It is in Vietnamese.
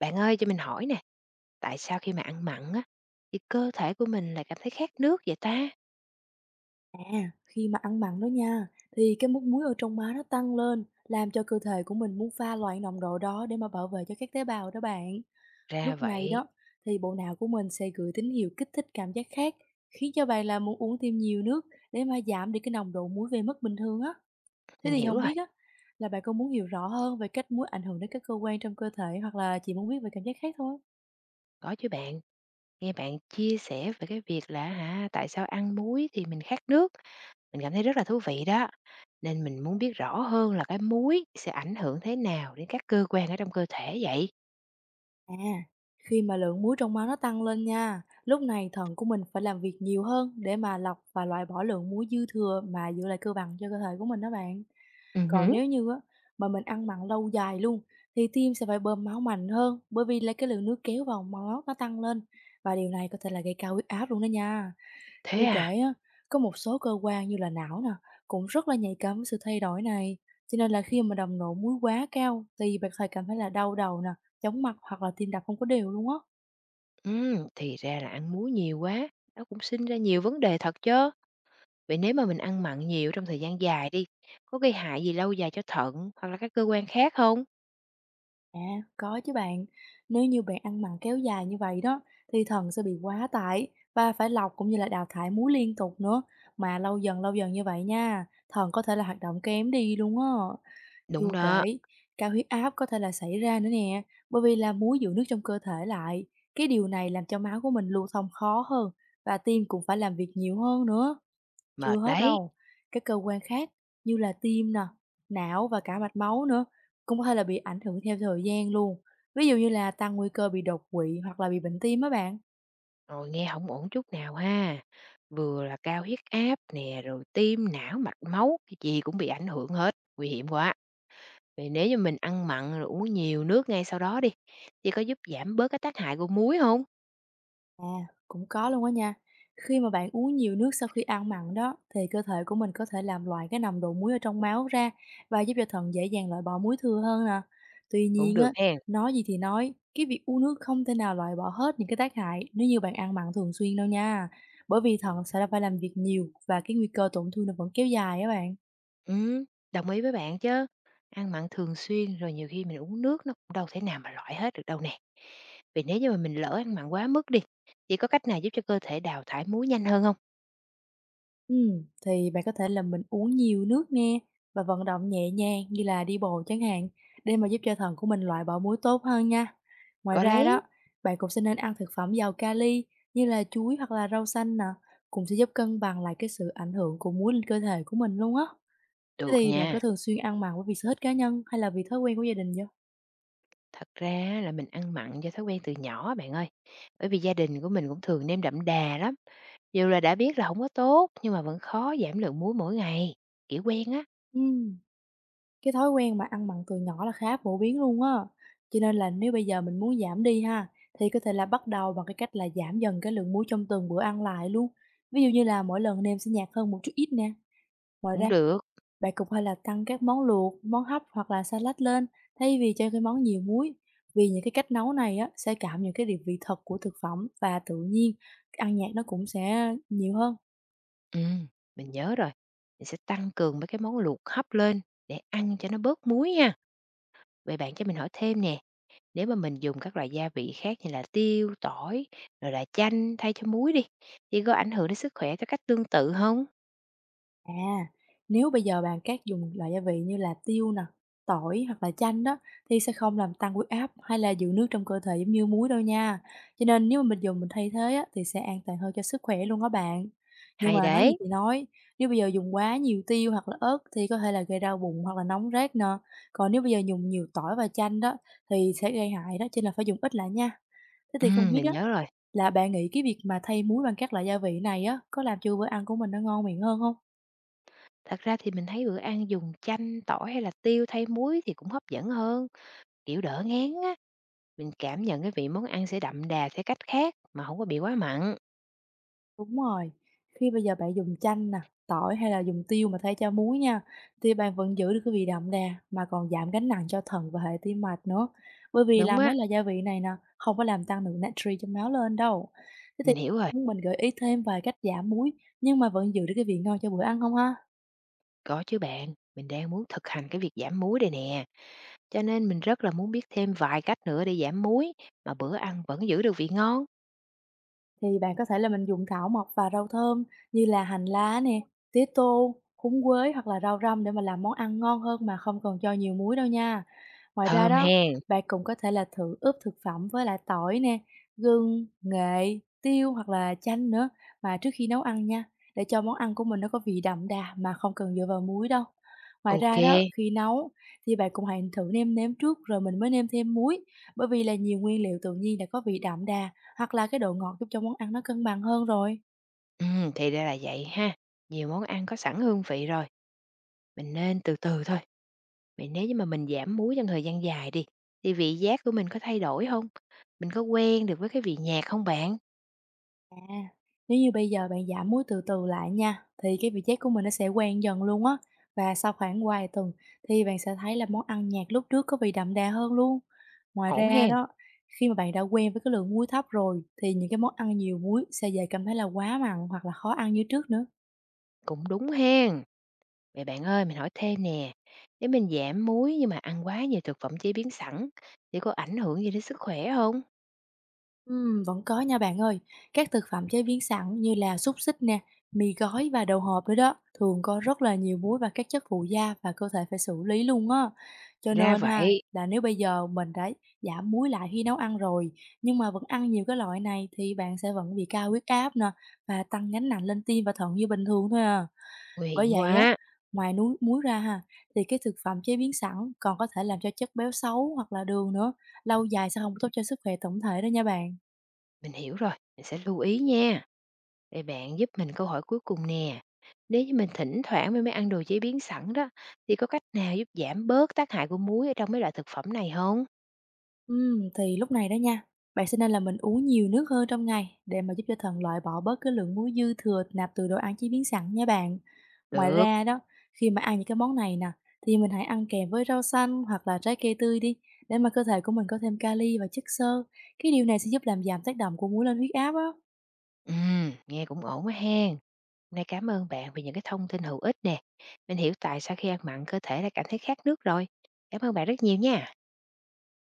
Bạn ơi cho mình hỏi nè, tại sao khi mà ăn mặn á thì cơ thể của mình lại cảm thấy khát nước vậy ta? À, khi mà ăn mặn đó nha, thì cái mức muối ở trong máu nó tăng lên, làm cho cơ thể của mình muốn pha loãng nồng độ đó để mà bảo vệ cho các tế bào đó bạn. Ra Lúc này vậy, đó, thì bộ não của mình sẽ gửi tín hiệu kích thích cảm giác khác, khiến cho bạn là muốn uống thêm nhiều nước để mà giảm đi cái nồng độ muối về mức bình thường á. Thế mình thì hiểu không rồi, biết á, là bạn có muốn hiểu rõ hơn về cách muối ảnh hưởng đến các cơ quan trong cơ thể hoặc là chỉ muốn biết về cảm giác khác thôi? có chứ bạn. Nghe bạn chia sẻ về cái việc là hả, tại sao ăn muối thì mình khát nước, mình cảm thấy rất là thú vị đó. Nên mình muốn biết rõ hơn là cái muối sẽ ảnh hưởng thế nào đến các cơ quan ở trong cơ thể vậy? À, khi mà lượng muối trong máu nó tăng lên nha, lúc này thận của mình phải làm việc nhiều hơn để mà lọc và loại bỏ lượng muối dư thừa mà giữ lại cân bằng cho cơ thể của mình đó bạn. Ừ, Còn hử, nếu như á, mà mình ăn mặn lâu dài luôn, thì tim sẽ phải bơm máu mạnh hơn, bởi vì là cái lượng nước kéo vào máu nó tăng lên, và điều này có thể là gây cao huyết áp luôn đó nha. thế Chưa à? kể á, có một số cơ quan như là não nè, cũng rất là nhạy cảm với sự thay đổi này. Cho nên là khi mà đầm nộ muối quá cao, thì bạn có thể cảm thấy là đau đầu nè, chóng mặt, hoặc là tim đập không có đều luôn á. Ừ, thì ra là ăn muối nhiều quá, nó cũng sinh ra nhiều vấn đề thật chứ. Vậy nếu mà mình ăn mặn nhiều trong thời gian dài đi, có gây hại gì lâu dài cho thận hoặc là các cơ quan khác không? À, có chứ bạn. Nếu như bạn ăn mặn kéo dài như vậy đó, thì thận sẽ bị quá tải và phải lọc cũng như là đào thải muối liên tục nữa. Mà lâu dần như vậy nha, thận có thể là hoạt động kém đi luôn á. Đúng Chưa đó, kể, cao huyết áp có thể là xảy ra nữa nè, bởi vì là muối giữ nước trong cơ thể lại. Cái điều này làm cho máu của mình lưu thông khó hơn, và tim cũng phải làm việc nhiều hơn nữa. Chưa mệt hết đấy. đâu, các cơ quan khác như là tim nè, não và cả mạch máu nữa, cũng có thể là bị ảnh hưởng theo thời gian luôn. Ví dụ như là tăng nguy cơ bị đột quỵ hoặc là bị bệnh tim á bạn. Rồi nghe không ổn chút nào ha. Vừa là cao huyết áp nè, rồi tim, não, mạch máu, cái gì cũng bị ảnh hưởng hết. Nguy hiểm quá. Vậy nếu như mình ăn mặn rồi uống nhiều nước ngay sau đó đi, thì có giúp giảm bớt cái tác hại của muối không? À, cũng có luôn á nha. Khi mà bạn uống nhiều nước sau khi ăn mặn đó, thì cơ thể của mình có thể làm loại cái nồng độ muối ở trong máu ra, và giúp cho thận dễ dàng loại bỏ muối thừa hơn nè. Tuy Cũng nhiên được á, hen. nói gì thì nói, cái việc uống nước không thể nào loại bỏ hết những cái tác hại nếu như bạn ăn mặn thường xuyên đâu nha. Bởi vì thận sẽ phải làm việc nhiều, và cái nguy cơ tổn thương nó vẫn kéo dài á bạn. Ừ, đồng ý với bạn chứ. Ăn mặn thường xuyên rồi nhiều khi mình uống nước nó cũng đâu thể nào mà loại hết được đâu nè. Vì nếu như mà mình lỡ ăn mặn quá mức đi, thì có cách nào giúp cho cơ thể đào thải muối nhanh hơn không? Thì bạn có thể là mình uống nhiều nước nè, và vận động nhẹ nhàng như là đi bộ chẳng hạn, để mà giúp cho thận của mình loại bỏ muối tốt hơn nha. Ngoài Có ra đó, chứ. bạn cũng sẽ nên ăn thực phẩm giàu kali, như là chuối hoặc là rau xanh nè, cũng sẽ giúp cân bằng lại cái sự ảnh hưởng của muối lên cơ thể của mình luôn á. Thế Được thì bạn nha. có thường xuyên ăn mặn với vì sở thích cá nhân, hay là vì thói quen của gia đình vậy? Thật ra là mình ăn mặn do thói quen từ nhỏ bạn ơi, bởi vì gia đình của mình cũng thường nêm đậm đà lắm, dù là đã biết là không có tốt nhưng mà vẫn khó giảm lượng muối mỗi ngày, kiểu quen á, Ừm. Cái thói quen mà ăn mặn từ nhỏ là khá phổ biến luôn á. Cho nên là nếu bây giờ mình muốn giảm đi ha, thì có thể là bắt đầu bằng cái cách là giảm dần cái lượng muối trong từng bữa ăn lại luôn. Ví dụ như là mỗi lần nêm sẽ nhạt hơn một chút ít nè. Ngoài cũng ra, được. bạn cũng hay là tăng các món luộc, món hấp hoặc là salad lên, thay vì cho cái món nhiều muối. Vì những cái cách nấu này á, sẽ cảm nhận cái điều vị thật của thực phẩm, và tự nhiên ăn nhạt nó cũng sẽ nhiều hơn. Ừm, mình nhớ rồi, mình sẽ tăng cường mấy cái món luộc hấp lên để ăn cho nó bớt muối nha. Vậy bạn cho mình hỏi thêm nè. Nếu mà mình dùng các loại gia vị khác như là tiêu, tỏi, rồi là chanh thay cho muối đi, thì có ảnh hưởng đến sức khỏe theo cách tương tự không? À, nếu bây giờ bạn các dùng loại gia vị như là tiêu nè, tỏi hoặc là chanh đó, thì sẽ không làm tăng huyết áp hay là giữ nước trong cơ thể giống như muối đâu nha. Cho nên nếu mà mình thay thế á, thì sẽ an toàn hơn cho sức khỏe luôn đó bạn. Nhưng Hay mà nói gì đấy! thì nói, nếu bây giờ dùng quá nhiều tiêu hoặc là ớt, thì có thể là gây đau bụng hoặc là nóng rát nè. Còn nếu bây giờ dùng nhiều tỏi và chanh đó, thì sẽ gây hại đó, cho nên là phải dùng ít lại nha. Thế thì không biết Mình á, nhớ rồi. là bạn nghĩ cái việc mà thay muối bằng các loại gia vị này á, có làm cho bữa ăn của mình nó ngon miệng hơn không? Thật ra thì mình thấy bữa ăn dùng chanh, tỏi hay là tiêu thay muối thì cũng hấp dẫn hơn, kiểu, đỡ ngán á. Mình cảm nhận cái vị món ăn sẽ đậm đà theo cách khác mà không có bị quá mặn. Đúng rồi, khi bây giờ bạn dùng chanh nè, tỏi hay là dùng tiêu mà thay cho muối nha, thì bạn vẫn giữ được cái vị đậm đà, mà còn giảm gánh nặng cho thận và hệ tim mạch nữa. Bởi vì Đúng là á, mấy loại gia vị này nè, không có làm tăng lượng natri trong máu lên đâu. Thế thì mình hiểu rồi. muốn mình gợi ý thêm vài cách giảm muối, nhưng mà vẫn giữ được cái vị ngon cho bữa ăn không ha? Có chứ bạn, mình đang muốn thực hành cái việc giảm muối đây nè, cho nên mình rất là muốn biết thêm vài cách nữa để giảm muối mà bữa ăn vẫn giữ được vị ngon. Thì bạn có thể là mình dùng thảo mộc và rau thơm, như là hành lá nè, tía tô, húng quế hoặc là rau răm, để mà làm món ăn ngon hơn mà không cần cho nhiều muối đâu nha. Ngoài ra Thơm đó, ha! bạn cũng có thể là thử ướp thực phẩm với lại tỏi nè, gừng, nghệ, tiêu hoặc là chanh nữa, mà trước khi nấu ăn nha, để cho món ăn của mình nó có vị đậm đà mà không cần dựa vào muối đâu. Ngoài OK, ra kê, đó, khi nấu thì bạn cũng hãy thử nêm nếm trước, rồi mình mới nêm thêm muối, bởi vì là nhiều nguyên liệu tự nhiên đã có vị đậm đà, hoặc là cái độ ngọt giúp cho món ăn nó cân bằng hơn rồi. thì ra là vậy ha. Nhiều món ăn có sẵn hương vị rồi, mình nên từ từ thôi. Vậy nếu như mà mình giảm muối trong thời gian dài đi, thì vị giác của mình có thay đổi không? Mình có quen được với cái vị nhạt không bạn? Nếu như bây giờ bạn giảm muối từ từ lại nha, thì cái vị giác của mình nó sẽ quen dần luôn á. Và sau khoảng vài tuần, thì bạn sẽ thấy là món ăn nhạt lúc trước có vị đậm đà hơn luôn. Ngoài Ổn ra hen, đó, khi mà bạn đã quen với cái lượng muối thấp rồi, thì những cái món ăn nhiều muối sẽ dễ cảm thấy là quá mặn hoặc là khó ăn như trước nữa. cũng đúng hen. Vậy bạn ơi, mình hỏi thêm nè, nếu mình giảm muối nhưng mà ăn quá nhiều thực phẩm chế biến sẵn, thì có ảnh hưởng gì đến sức khỏe không? Vẫn có nha bạn ơi. Các thực phẩm chế biến sẵn như là xúc xích nè, mì gói và đậu hộp nữa đó, thường có rất là nhiều muối và các chất phụ gia, và cơ thể phải xử lý luôn á. Cho Ra nên ha, vậy, là nếu bây giờ mình đã giảm muối lại khi nấu ăn rồi, nhưng mà vẫn ăn nhiều cái loại này, thì bạn sẽ vẫn bị cao huyết áp nè, và tăng gánh nặng lên tim và thận như bình thường thôi à. nguy Bởi hiểm vậy á, quá. ngoài núi muối ra ha, thì cái thực phẩm chế biến sẵn còn có thể làm cho chất béo xấu hoặc là đường nữa, lâu dài sẽ không tốt cho sức khỏe tổng thể đó nha bạn. Mình hiểu rồi, mình sẽ lưu ý nha. Vậy bạn giúp mình câu hỏi cuối cùng nè. Nếu như mình thỉnh thoảng mới mới ăn đồ chế biến sẵn đó, thì có cách nào giúp giảm bớt tác hại của muối ở trong mấy loại thực phẩm này không? Thì lúc này đó nha, bạn sẽ nên là mình uống nhiều nước hơn trong ngày, để mà giúp cho thận loại bỏ bớt cái lượng muối dư thừa nạp từ đồ ăn chế biến sẵn nha bạn. Ngoài Được. ra đó, khi mà ăn những cái món này nè, thì mình hãy ăn kèm với rau xanh hoặc là trái cây tươi đi, để mà cơ thể của mình có thêm kali và chất xơ. Cái điều này sẽ giúp làm giảm tác động của muối lên huyết áp á. Ừ, nghe cũng ổn quá hen. Hôm nay cảm ơn bạn vì những cái thông tin hữu ích nè. Mình hiểu tại sao khi ăn mặn cơ thể lại cảm thấy khát nước rồi. Cảm ơn bạn rất nhiều nha.